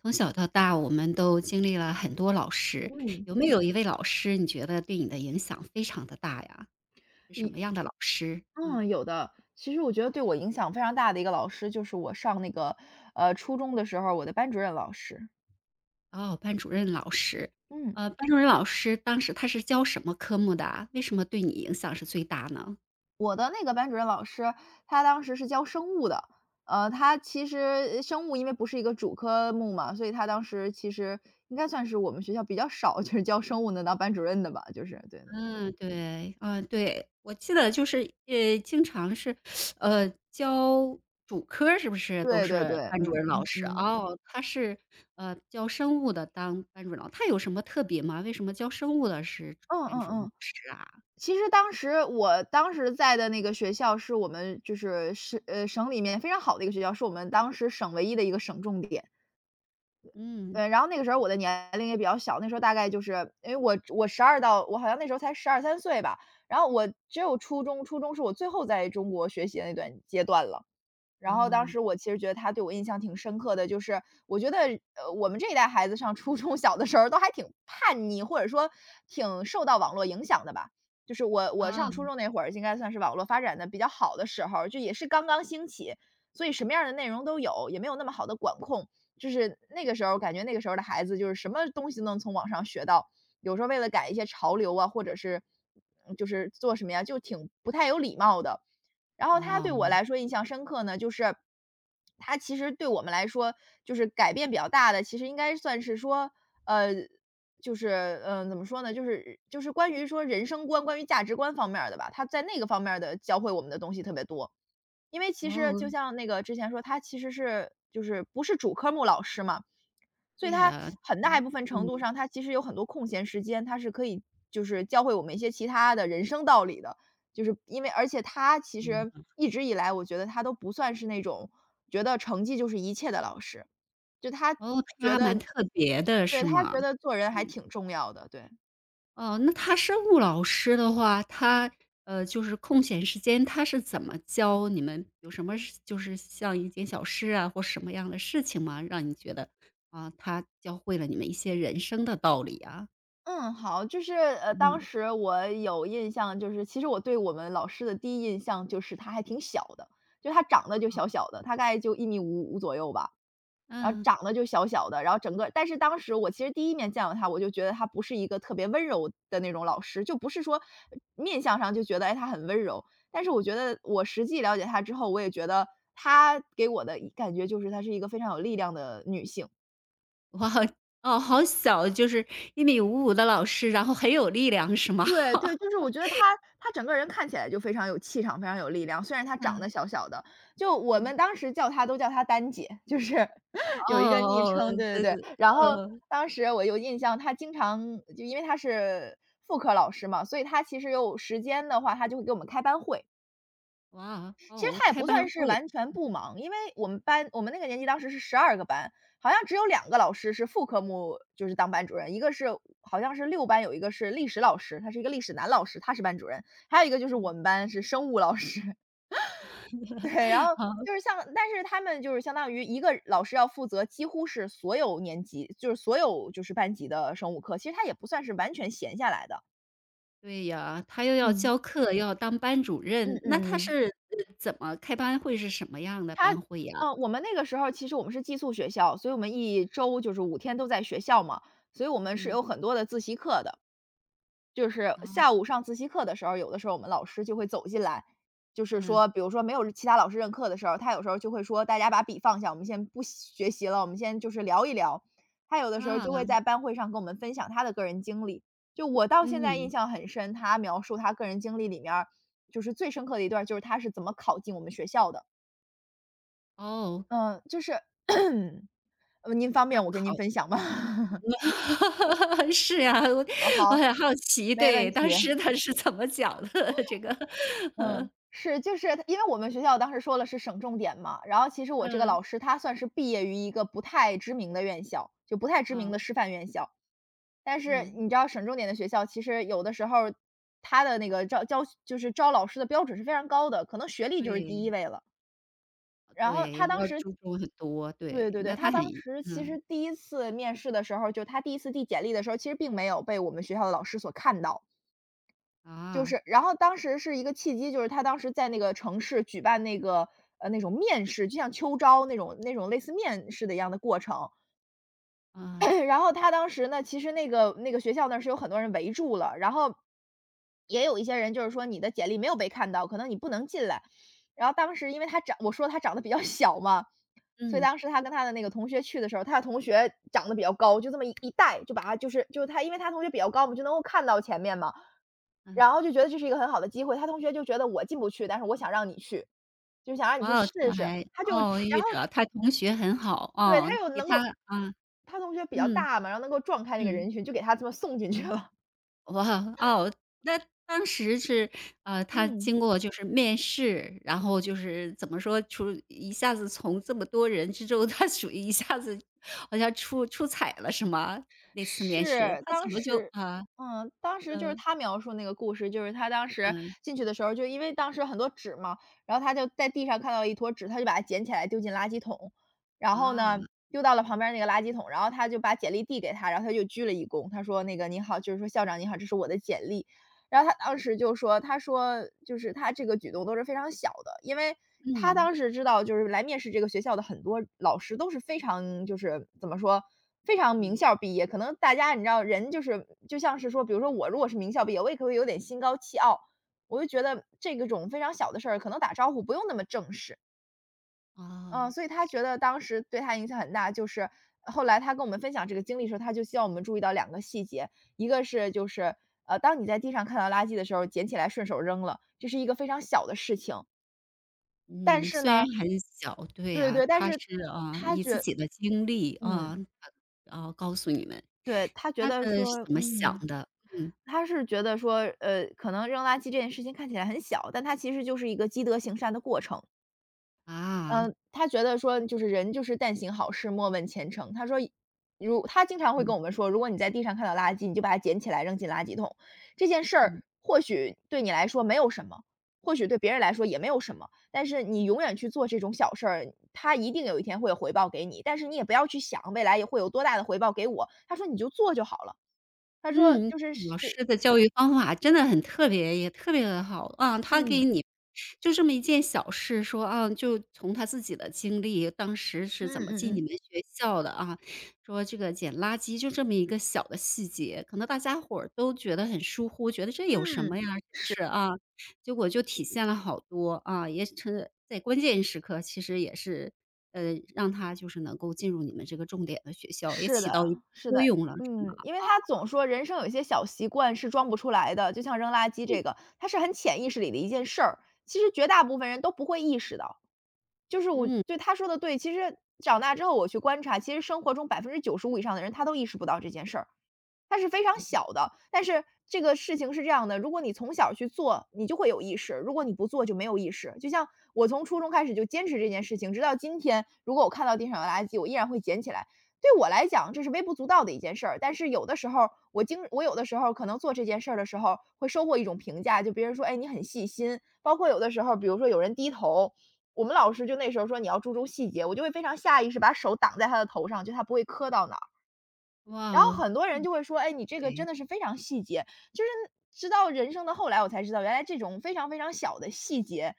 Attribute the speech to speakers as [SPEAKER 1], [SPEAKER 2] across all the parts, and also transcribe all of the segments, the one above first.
[SPEAKER 1] 从小到大，我们都经历了很多老师，
[SPEAKER 2] 嗯，
[SPEAKER 1] 有没有一位老师，你觉得对你的影响非常的大呀？是什
[SPEAKER 2] 一
[SPEAKER 1] 么样的老师？嗯，
[SPEAKER 2] 嗯，有的。其实我觉得对我影响非常大的一个老师，就是我上那个，初中的时候，我的班主任老师。
[SPEAKER 1] 哦，班主任老师。
[SPEAKER 2] 嗯，
[SPEAKER 1] 班主任老师当时他是教什么科目的啊？为什么对你影响是最大呢？
[SPEAKER 2] 我的那个班主任老师，他当时是教生物的。他其实生物因为不是一个主科目嘛，所以他当时其实应该算是我们学校比较少，就是教生物能当班主任的吧，就是，对
[SPEAKER 1] 嗯，对，嗯，对，我记得就是，经常是，教主科儿是不是都
[SPEAKER 2] 对对对
[SPEAKER 1] 是
[SPEAKER 2] 对，
[SPEAKER 1] 班
[SPEAKER 2] 嗯
[SPEAKER 1] 主任老
[SPEAKER 2] 嗯
[SPEAKER 1] 师？
[SPEAKER 2] 嗯，
[SPEAKER 1] 哦，他是，教生物的当班主任老他有什么特别吗？为什么教生物的是
[SPEAKER 2] 嗯
[SPEAKER 1] 班
[SPEAKER 2] 嗯
[SPEAKER 1] 主任老
[SPEAKER 2] 嗯。
[SPEAKER 1] 师啊？
[SPEAKER 2] 其实当时在的那个学校是我们是省里面非常好的一个学校，是我们当时省唯一的一个省重点。
[SPEAKER 1] 嗯，
[SPEAKER 2] 对，然后那个时候我的年龄也比较小，那时候大概就是因为我十二到我好像那时候才12、13岁吧，然后我只有初中是我最后在中国学习的那段阶段了。然后当
[SPEAKER 1] 哦，
[SPEAKER 2] 时我其实觉得他对我印象挺深刻的，就是我觉得，我们这一代孩子上初中 小的时候都还挺叛逆，或者说挺受到网络影响的吧。就是我上
[SPEAKER 1] 啊，
[SPEAKER 2] 初中那会儿，应该算是网络发展的比较好的时候就也是刚刚兴起，所以什么样的内容都有，也没有那么好的管控。就是那个时候，感觉那个时候的孩子就是什么东西都能从网上学到，有时候为了赶一些潮流啊，或者是就是做什么呀，就挺不太有礼貌的。然后他
[SPEAKER 1] 哦，
[SPEAKER 2] 对我来说印象深刻呢，就是他其实对我们来说，就是改变比较大的，其实应该算是说，呃，就是，怎么说呢，就是关于说人生观、关于价值观方面儿的吧，他在那个方面儿的教会我们的东西特别多。因为其实就
[SPEAKER 1] 哦，
[SPEAKER 2] 像那个之前说，他其实就是不是主科目老师嘛，所以
[SPEAKER 1] 对
[SPEAKER 2] 他
[SPEAKER 1] 呀，
[SPEAKER 2] 很大一部分程度
[SPEAKER 1] 嗯，
[SPEAKER 2] 上，他其实有很多空闲时间，他是可以就是教会我们一些其他的人生道理的。就是因为而且他其实
[SPEAKER 1] 嗯，
[SPEAKER 2] 一直以来，我觉得他都不算是那种觉得成绩就是一切的老师，就他
[SPEAKER 1] 哦，
[SPEAKER 2] 觉
[SPEAKER 1] 他
[SPEAKER 2] 得，
[SPEAKER 1] 蛮特别的
[SPEAKER 2] 对，
[SPEAKER 1] 是
[SPEAKER 2] 他
[SPEAKER 1] 吗？
[SPEAKER 2] 觉得做人还挺重要的，对。
[SPEAKER 1] 哦，那他生物老师的话，他，就是空闲时间，他是怎么教你们有什么事就是像一件小事啊，或什么样的事情吗？让你觉得，啊，他教会了你们一些人生的道理啊？
[SPEAKER 2] 嗯，好，就是当
[SPEAKER 1] 嗯。
[SPEAKER 2] 时我有印象，就是其实我对我们老师的第一印象就是他还挺小的，就他长得就小小的，大概就1米55左右吧。然后
[SPEAKER 1] 嗯，
[SPEAKER 2] 长得就小小的，然后整个但是当时我其实第一面见到他，我就觉得他不是一个特别温柔的那种老师，就不是说面相上就觉得，哎，他很温柔。但是我觉得我实际了解她之后，我也觉得她给我的感觉就是她是一个非常有力量的女性。
[SPEAKER 1] 我好哦，好小，就是1米55的老师，然后很有力量是吗？
[SPEAKER 2] 对 对，就是我觉得他整个人看起来就非常有气场，非常有力量，虽然他长
[SPEAKER 1] 嗯。
[SPEAKER 2] 得小小的，就我
[SPEAKER 1] 嗯，
[SPEAKER 2] 们当时叫他都叫他丹姐，就是
[SPEAKER 1] 哦
[SPEAKER 2] 有一个昵
[SPEAKER 1] 哦，
[SPEAKER 2] 称，对对
[SPEAKER 1] 这
[SPEAKER 2] 对。
[SPEAKER 1] 是
[SPEAKER 2] 然后
[SPEAKER 1] 呃，
[SPEAKER 2] 当时我有印象，他经常就因为他是副科老师嘛，所以他其实有时间的话，他就会给我们开班会，
[SPEAKER 1] 哇，
[SPEAKER 2] 其实
[SPEAKER 1] 哦，
[SPEAKER 2] 他也
[SPEAKER 1] 开
[SPEAKER 2] 不
[SPEAKER 1] 班
[SPEAKER 2] 算是
[SPEAKER 1] 会，
[SPEAKER 2] 完全不忙，因为我们班我们那个年级当时是12个班，好像只有2个老师是副科目就是当班主任，一个是好像是6班有一个是历史老师，他是一个历史男老师，他是班主任，还有一个就是我
[SPEAKER 1] 嗯，
[SPEAKER 2] 们班是生物老师。对，然 后
[SPEAKER 1] 好。
[SPEAKER 2] 就是像但是他们就是相当于一个老师要负责几乎是所有年级，就是所有班级的生物课，其实他也不算是完全闲下来的。
[SPEAKER 1] 对呀，他又要
[SPEAKER 2] 嗯。
[SPEAKER 1] 教课，又要当班主
[SPEAKER 2] 嗯
[SPEAKER 1] 任，那
[SPEAKER 2] 嗯
[SPEAKER 1] 他
[SPEAKER 2] 嗯。
[SPEAKER 1] 是，怎么开班会是什么样的
[SPEAKER 2] 他
[SPEAKER 1] 班会呀？
[SPEAKER 2] 我们那个时候其实我们是寄宿学校，所以我们一周就是5天都在学校嘛，所以我们是
[SPEAKER 1] 嗯，
[SPEAKER 2] 有很多的自习课的。就是
[SPEAKER 1] 哦，
[SPEAKER 2] 下午上自习课的时候，有的时候我们老师就会走进来，就是
[SPEAKER 1] 嗯，
[SPEAKER 2] 说，比如说没有其他老师任课的时候，他有时候就会说：“大家把笔放下，我们先不学习了，我们先就是聊一聊。”他有的时候就会
[SPEAKER 1] 啊，
[SPEAKER 2] 在班会上跟我们分享他的个人经历，就我到现在印
[SPEAKER 1] 嗯，
[SPEAKER 2] 象很深，他描述他个人经历里面儿，就是最深刻的一段儿就是他是怎么考进我们学校的。
[SPEAKER 1] 哦，
[SPEAKER 2] 嗯，就是 您方
[SPEAKER 1] 他
[SPEAKER 2] 便我跟您
[SPEAKER 1] 考
[SPEAKER 2] 分享吗？
[SPEAKER 1] 是呀，我
[SPEAKER 2] 哦，
[SPEAKER 1] 我
[SPEAKER 2] 好，
[SPEAKER 1] 很好奇，
[SPEAKER 2] 没问
[SPEAKER 1] 对，
[SPEAKER 2] 题。
[SPEAKER 1] 当时他是怎么讲的 这个，
[SPEAKER 2] 嗯。是，就是因为我们学校当时说了是省重点嘛，然后其实我这个
[SPEAKER 1] 嗯，
[SPEAKER 2] 老师他算是毕业于一个不太知名的院校，就不太知名
[SPEAKER 1] 啊
[SPEAKER 2] 的师范院校。但是
[SPEAKER 1] 嗯，
[SPEAKER 2] 你知道省重点的学校，其实有的时候他的那个招教就是招老师的标准是非常高的，可能学历就是第一
[SPEAKER 1] 对，
[SPEAKER 2] 位了。然后他
[SPEAKER 1] 对，
[SPEAKER 2] 当
[SPEAKER 1] 要
[SPEAKER 2] 时，
[SPEAKER 1] 注重很多，
[SPEAKER 2] 对
[SPEAKER 1] 对，
[SPEAKER 2] 对对，
[SPEAKER 1] 那
[SPEAKER 2] 他
[SPEAKER 1] 他很
[SPEAKER 2] 当时其
[SPEAKER 1] 嗯，
[SPEAKER 2] 实第一次面试的时候，就他第一次递简历的时候，其实并没有被我们学校的老师所看到。就
[SPEAKER 1] 啊，
[SPEAKER 2] 是，然后当时是一个契机，就是他当时在那个城市举办那个那种面试，就像秋招那种类似面试的一样的过程。
[SPEAKER 1] 啊，
[SPEAKER 2] 然后他当时呢，其实那个学校那儿是有很多人围住了，然后也有一些人就是说你的简历没有被看到，可能你不能进来。然后当时因为他长，我说他长得比较小嘛，所以
[SPEAKER 1] 嗯，
[SPEAKER 2] 当时他跟他的那个同学去的时候，他的同学长得比较高，就这么一带就把他就是他，因为他同学比较高嘛，我们就能够看到前面嘛，
[SPEAKER 1] 嗯。
[SPEAKER 2] 然后就觉得这是一个很好的机会。他同学就觉得我进不去，但是我想让你去，就想让你去
[SPEAKER 1] 哇哦，
[SPEAKER 2] 试
[SPEAKER 1] 他
[SPEAKER 2] 试。
[SPEAKER 1] 还
[SPEAKER 2] 他就，
[SPEAKER 1] 哦，抑郁者他同学很好，
[SPEAKER 2] 对，他
[SPEAKER 1] 哦，
[SPEAKER 2] 又
[SPEAKER 1] 给
[SPEAKER 2] 能够，
[SPEAKER 1] 他啊，
[SPEAKER 2] 他同学比较
[SPEAKER 1] 嗯，
[SPEAKER 2] 大嘛，然后能够撞开那个
[SPEAKER 1] 嗯，
[SPEAKER 2] 人群，就给他这么送进去
[SPEAKER 1] 嗯，
[SPEAKER 2] 了。
[SPEAKER 1] 哇，哦，那当时是，他
[SPEAKER 2] 嗯。
[SPEAKER 1] 经过就是面试，然后就是怎么说，出一下子从这么多人之中，他属于一下子好像出出彩了是吗？那次面试，
[SPEAKER 2] 是，
[SPEAKER 1] 他怎么就啊，
[SPEAKER 2] 当时就是
[SPEAKER 1] 嗯，
[SPEAKER 2] 他描述那个故事，就是他当时
[SPEAKER 1] 嗯，
[SPEAKER 2] 进去的时候，就因为当时有很多纸嘛，然后他就在地上看到了一坨纸，他就把它捡起来丢进垃圾桶，然后
[SPEAKER 1] 啊，
[SPEAKER 2] 呢，丢到了旁边那个垃圾桶，然后他就把简历递给他，然后他就鞠了一躬，他说那个：“您好，就是说校长您好，这是我的简历。”然后他当时就说，他说就是他这个举动都是非常小的，因为他
[SPEAKER 1] 嗯，
[SPEAKER 2] 当时知道就是来面试这个学校的很多老师都是非常就是怎么说，非常名
[SPEAKER 1] 嗯，
[SPEAKER 2] 校毕业，可能大家你知道人就是就像是说，比如说我如果是名校毕业，我也可以有点心高气傲，我就觉得这个种非常小的事儿，可能打招呼不用那么正式。嗯，
[SPEAKER 1] 哦。
[SPEAKER 2] 所以他觉得当时对他影响很大，就是后来他跟我们分享这个经历的时候，他就希望我们注意到2个细节，一个是就是，当你在地上看到垃圾的时候，捡起来顺手扔了，这是一个非常小的事情。但
[SPEAKER 1] 嗯，
[SPEAKER 2] 是
[SPEAKER 1] 虽然
[SPEAKER 2] 呢
[SPEAKER 1] 很小，对
[SPEAKER 2] 对
[SPEAKER 1] 啊，
[SPEAKER 2] 对，但
[SPEAKER 1] 他
[SPEAKER 2] 是
[SPEAKER 1] 是啊，
[SPEAKER 2] 他
[SPEAKER 1] 以自
[SPEAKER 2] 觉
[SPEAKER 1] 己的经历
[SPEAKER 2] 嗯，
[SPEAKER 1] 啊，啊，告诉你们
[SPEAKER 2] 对，他觉
[SPEAKER 1] 他
[SPEAKER 2] 得
[SPEAKER 1] 的是
[SPEAKER 2] 说
[SPEAKER 1] 怎么想的，嗯，
[SPEAKER 2] 他是觉得说，可能扔垃圾这件事情看起来很小，但它其实就是一个积德行善的过程。
[SPEAKER 1] 啊，
[SPEAKER 2] 他觉得说就是人就是“但行好事，莫问前程”。他说如他经常会跟
[SPEAKER 1] 嗯
[SPEAKER 2] 我们说，如果你在地上看到垃圾，你就把它捡起来扔进垃圾桶。这件事儿
[SPEAKER 1] 嗯。
[SPEAKER 2] 或许对你来说没有什么，或许对别人来说也没有什么，但是你永远去做这种小事儿，他一定有一天会有回报给你。但是你也不要去想未来也会有多大的回报给我，他说你就做就好了。他说
[SPEAKER 1] 嗯，
[SPEAKER 2] 就是
[SPEAKER 1] 老
[SPEAKER 2] 是
[SPEAKER 1] 师的教育方法真的很特别，也特别的好。啊，他
[SPEAKER 2] 嗯，
[SPEAKER 1] 给你就这么一件小事说，啊，就从他自己的经历，当时是
[SPEAKER 2] 嗯
[SPEAKER 1] 怎么
[SPEAKER 2] 嗯
[SPEAKER 1] 进你
[SPEAKER 2] 嗯，
[SPEAKER 1] 们学校的啊，说这个捡垃圾就这么一个小的细节，可能大家伙儿都觉得很疏忽，觉得这有什
[SPEAKER 2] 嗯，
[SPEAKER 1] 么呀，是不
[SPEAKER 2] 是。
[SPEAKER 1] 是啊？结果就体现了好多，啊，也是在关键时刻其实也是，让他就是能够进入你们这个重点的学校，也
[SPEAKER 2] 是
[SPEAKER 1] 起
[SPEAKER 2] 的，
[SPEAKER 1] 到一定
[SPEAKER 2] 是的，
[SPEAKER 1] 作用了，是
[SPEAKER 2] 嗯，
[SPEAKER 1] 吗？
[SPEAKER 2] 因为他总说人生有一些小习惯是装不出来的，就像扔垃圾这个，它是很潜意识里的一件事儿，其实绝大部分人都不会意识到。就是我
[SPEAKER 1] 嗯。
[SPEAKER 2] 对他说的对，其实长大之后我去观察，其实生活中95%以上的人他都意识不到这件事儿。它是非常小的，但是这个事情是这样的，如果你从小去做，你就会有意识，如果你不做就没有意识。就像我从初中开始就坚持这件事情，直到今天，如果我看到地上有垃圾，我依然会捡起来。对我来讲，这是微不足道的一件事儿，但是有的时候，我有的时候可能做这件事儿的时候，会收获一种评价，就别人说：“哎，你很细心。”包括有的时候，比如说有人低头，我们老师就那时候说你要注重细节，我就会非常下意识把手挡在他的头上，就他不会磕到哪儿。
[SPEAKER 1] 哇
[SPEAKER 2] 然后
[SPEAKER 1] 哦，
[SPEAKER 2] 很多人就会说：“哎，你这个真
[SPEAKER 1] 对，
[SPEAKER 2] 的是非常细节。”就是直到人生的后来，我才知道原来这种非常非常小的细节，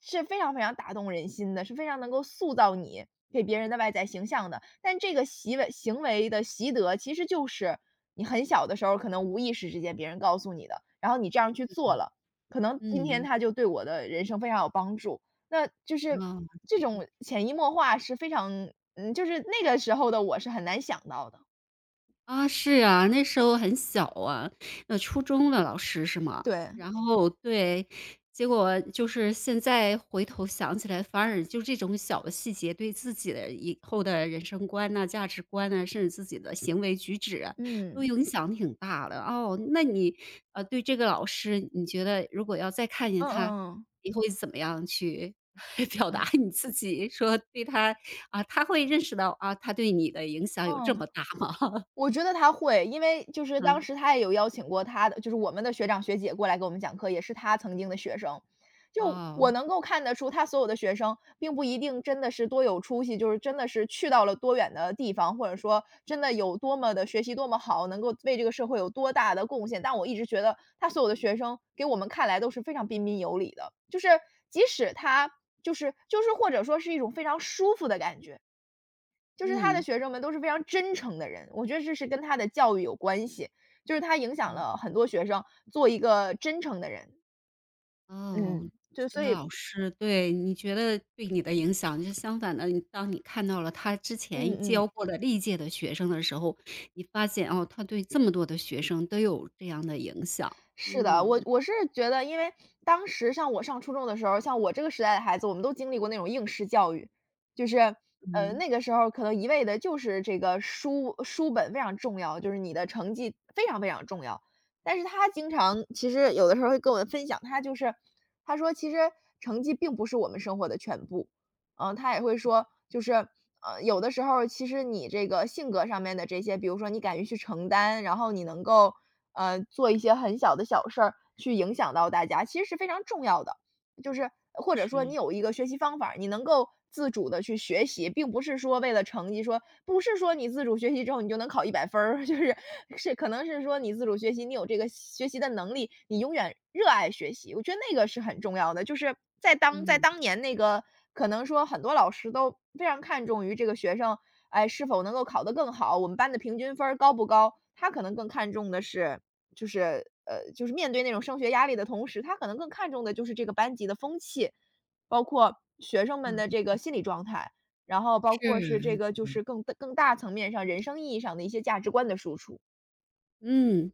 [SPEAKER 2] 是非常非常打动人心的，是非常能够塑造你给别人的外在形象的。但这个习为行为的习得，其实就是你很小的时候，可能无意识之间别人告诉你的，然后你这样去做了，可能今天
[SPEAKER 1] 嗯，
[SPEAKER 2] 他就对我的人生非常有帮助。那就是
[SPEAKER 1] 哇哦，
[SPEAKER 2] 这种潜移默化是非常就是那个时候的我是很难想到的。
[SPEAKER 1] 啊，是啊，那时候很小啊，初中的老师是吗？
[SPEAKER 2] 对。
[SPEAKER 1] 然后对，结果就是现在回头想起来，反而就这种小的细节，对自己的以后的人生观呐、价值观呐、甚至自己的行为举止啊都
[SPEAKER 2] 嗯，
[SPEAKER 1] 影响挺大的。哦，那你对这个老师，你觉得如果要再看见
[SPEAKER 2] 嗯
[SPEAKER 1] 他，
[SPEAKER 2] 嗯
[SPEAKER 1] 你会怎么样去 表达你自己？说对他啊，他会认识到啊，他对你的影响有
[SPEAKER 2] 嗯，
[SPEAKER 1] 这
[SPEAKER 2] 嗯
[SPEAKER 1] 么大吗？
[SPEAKER 2] 我觉得他会，因为就是当
[SPEAKER 1] 嗯。
[SPEAKER 2] 时他也有邀请过他的就是我们的学长学姐过来给我们讲课，也是他曾经的学生。就
[SPEAKER 1] 哦，
[SPEAKER 2] 我能够看得出，他所有的学生并不一定真的是多有出息，就是真的是去到了多远的地方，或者说真的有多么的学习多么好，能够为这个社会有多大的贡献。但我一直觉得他所有的学生给我们看来都是非常彬彬有礼的，就是即使他就是或者说是一种非常舒服的感觉。就是他的
[SPEAKER 1] 嗯，
[SPEAKER 2] 学生们都是非常真诚的人，我觉得这是跟他的教育有关系，就是他影响
[SPEAKER 1] 嗯。
[SPEAKER 2] 了很多学生做一个真诚的人。
[SPEAKER 1] 哦，
[SPEAKER 2] 嗯，就
[SPEAKER 1] 这
[SPEAKER 2] 所
[SPEAKER 1] 个
[SPEAKER 2] 以
[SPEAKER 1] 老师对，你觉得对你的影响就相反的，你当你看到了他之
[SPEAKER 2] 嗯
[SPEAKER 1] 前
[SPEAKER 2] 嗯。
[SPEAKER 1] 教过的历届的学生的时候，你发现，哦，他对这么多的学生都有这样的影响。
[SPEAKER 2] 是的，我
[SPEAKER 1] 嗯，
[SPEAKER 2] 我是觉得，因为当时像我上初中的时候，像我这个时代的孩子，我们都经历过那种应试教育，就是，
[SPEAKER 1] 嗯，
[SPEAKER 2] 那个时候可能一味的就是这个书本非常重要，就是你的成绩非常非常重要。但是他经常其实有的时候会跟我们分享，他就是他说其实成绩并不是我们生活的全部，嗯、他也会说就是。有的时候其实你这个性格上面的这些，比如说你敢于去承担，然后你能够做一些很小的小事儿去影响到大家，其实是非常重要的。就是或者说你
[SPEAKER 1] 是。
[SPEAKER 2] 有一个学习方法儿，你能够自主的去学习，并不是说为了成绩说不是说你自主学习之后你就能考100分儿，就是是可能是说你自主学习，你有这个学习的能力，你永远热爱学习，我觉得那个是很重要的。就是在
[SPEAKER 1] 嗯，
[SPEAKER 2] 当年那个可能说很多老师都非常看重于这个学生，哎，是否能够考得更好，我们班的平均分儿高不高，他可能更看重的是就是就是面对那种升学压力的同时，他可能更看重的就是这个班级的风气，包括学生
[SPEAKER 1] 啊，
[SPEAKER 2] 们的这个心理状态，然后包括是这
[SPEAKER 1] 是，
[SPEAKER 2] 个就是更大层面上人生意义上的一些价值观的输出。
[SPEAKER 1] 嗯。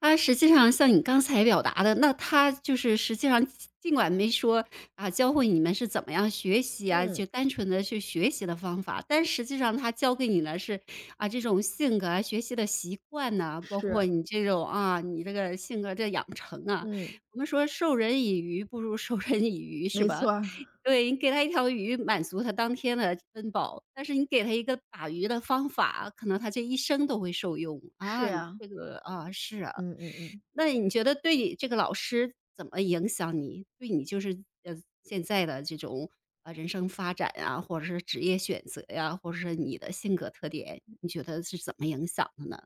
[SPEAKER 1] 啊，实际上像你刚才表达的，那他就是实际上尽管没说啊，教会你们是怎么样学习啊，
[SPEAKER 2] 嗯，
[SPEAKER 1] 就单纯的去学习的方法，但实际上他教给你的是，啊，这种性格啊、学习的习惯呐，包
[SPEAKER 2] 是，
[SPEAKER 1] 括你这种啊，你这个性格这养成啊。
[SPEAKER 2] 嗯。
[SPEAKER 1] 我们说授人以鱼不如授人以渔，是
[SPEAKER 2] 没
[SPEAKER 1] 吧？
[SPEAKER 2] 错儿，
[SPEAKER 1] 对，你给他一条鱼，满足他当天的温饱，但是你给他一个打鱼的方法，可能他这一生都会受用。
[SPEAKER 2] 是
[SPEAKER 1] 啊，
[SPEAKER 2] 呀。
[SPEAKER 1] 这个啊，是啊。
[SPEAKER 2] 嗯嗯嗯，
[SPEAKER 1] 那你觉得对这个老师怎么影响你？对你就是呃现在的这种人生发展呀，或者是职业选择呀、或者是你的性格特点，你觉得是怎么影响的呢？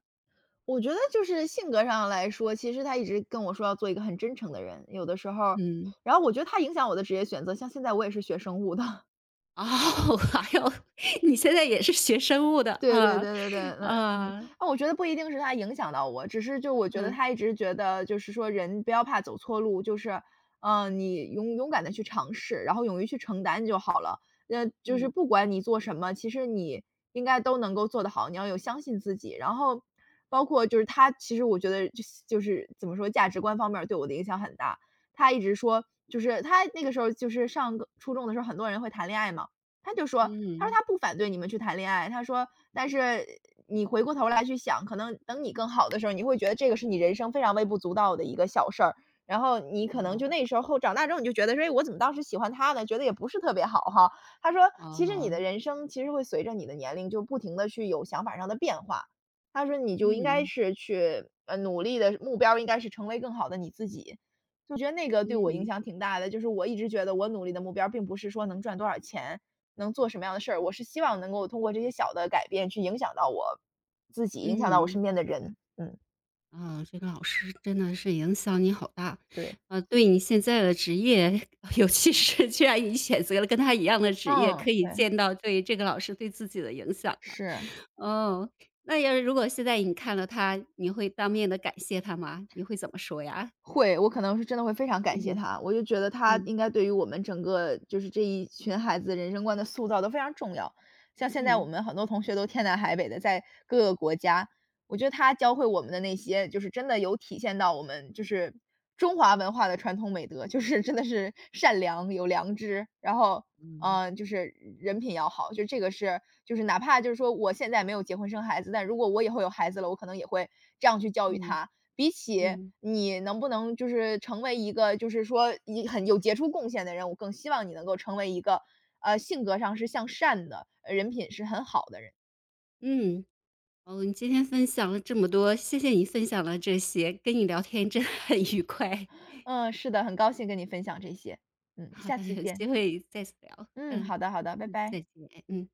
[SPEAKER 2] 我觉得就是性格上来说，其实他一直跟我说要做一个很真诚的人，有的时候
[SPEAKER 1] 嗯，
[SPEAKER 2] 然后我觉得他影响我的职业选择，像现在我也是学生物的。
[SPEAKER 1] 哦，还有你现在也是学生物的
[SPEAKER 2] 对对对
[SPEAKER 1] 啊
[SPEAKER 2] 对对，嗯嗯，
[SPEAKER 1] 啊，
[SPEAKER 2] 那我觉得不一定是他影响到我，只是就我觉得
[SPEAKER 1] 嗯
[SPEAKER 2] 他一直觉得就是说人不要怕走错路，就是，嗯，你勇敢的去尝试，然后勇于去承担就好了。那就是
[SPEAKER 1] 嗯
[SPEAKER 2] 不管你做什么，其实你应该都能够做得好，你要有相信自己。然后包括就是他其实我觉得就是怎么说，价值观方面儿对我的影响很大。他一直说就是他那个时候就是上个初中的时候，很多人会谈恋爱嘛。他就说，他说
[SPEAKER 1] 嗯，
[SPEAKER 2] 他不反对你们去谈恋爱，他说，但是你回过头来去想，可能等你更好的时候，你会觉得这个是你人生非常微不足道的一个小事儿，然后你可能
[SPEAKER 1] 哦
[SPEAKER 2] 就那时候后长大之后，你就觉得说，哎，我怎么当时喜欢他呢？觉得也不是特别好哈。他说，其实你
[SPEAKER 1] 哦，
[SPEAKER 2] 的人生其实会随着你的年龄就不停的去有想法上的变化，他说你就应该
[SPEAKER 1] 嗯
[SPEAKER 2] 是去努力的目标应该是成为更好的你自己。就觉得那个对我影
[SPEAKER 1] 嗯
[SPEAKER 2] 响挺大的，就是我一直觉得我努力的目标并不是说能赚多少钱，能做什么样的事儿，我是希望能够通过这些小的改变去影响到我自己，影响到我
[SPEAKER 1] 嗯。
[SPEAKER 2] 身边的人。嗯，
[SPEAKER 1] 啊，这个老师真的是影响你好大，
[SPEAKER 2] 对。
[SPEAKER 1] 对你现在的职业，尤其是既然你选择了跟他一样的职业，
[SPEAKER 2] 嗯，
[SPEAKER 1] 可以
[SPEAKER 2] 对，
[SPEAKER 1] 见到对这个老师对自己的影响啊。
[SPEAKER 2] 是，
[SPEAKER 1] 哦，那要是如果现在你看了他，你会当面的感谢他吗？你会怎么说呀？
[SPEAKER 2] 会，我可能是真的会非常感
[SPEAKER 1] 嗯
[SPEAKER 2] 谢
[SPEAKER 1] 嗯
[SPEAKER 2] 他，我就觉得他
[SPEAKER 1] 嗯。
[SPEAKER 2] 应该对于我们整个就是这一群孩子人生观的塑造都非常重要。像现在我们很多同学都天南海北的在各个国家，我觉得他教会我们的那些，就是真的有体现到我们就是中华文化的传统美德，就是真的是善良、有良知，然后
[SPEAKER 1] 嗯。
[SPEAKER 2] 嗯，就是人品要好，就这个是就是哪怕就是说我现在没有结婚生孩子，但如果我以后有孩子了，我可能也会这样去教育
[SPEAKER 1] 嗯
[SPEAKER 2] 他。比起
[SPEAKER 1] 嗯
[SPEAKER 2] 你能不能就是成为一个就是说一很有杰出贡献的人，我更希望你能够成为一个，性格上是向善的，人品是很好的人。
[SPEAKER 1] 嗯，哦，你今天分享了这么多，谢谢你分享了这些，跟你聊天真的很愉快。
[SPEAKER 2] 嗯，是的，很高兴跟你分享这些。嗯，
[SPEAKER 1] 好
[SPEAKER 2] 下
[SPEAKER 1] 的，
[SPEAKER 2] 次
[SPEAKER 1] 有
[SPEAKER 2] 见。
[SPEAKER 1] 机会再次聊，
[SPEAKER 2] 嗯，
[SPEAKER 1] 嗯。
[SPEAKER 2] 好的好的，拜
[SPEAKER 1] 嗯，
[SPEAKER 2] 拜。
[SPEAKER 1] 再见，哎嗯。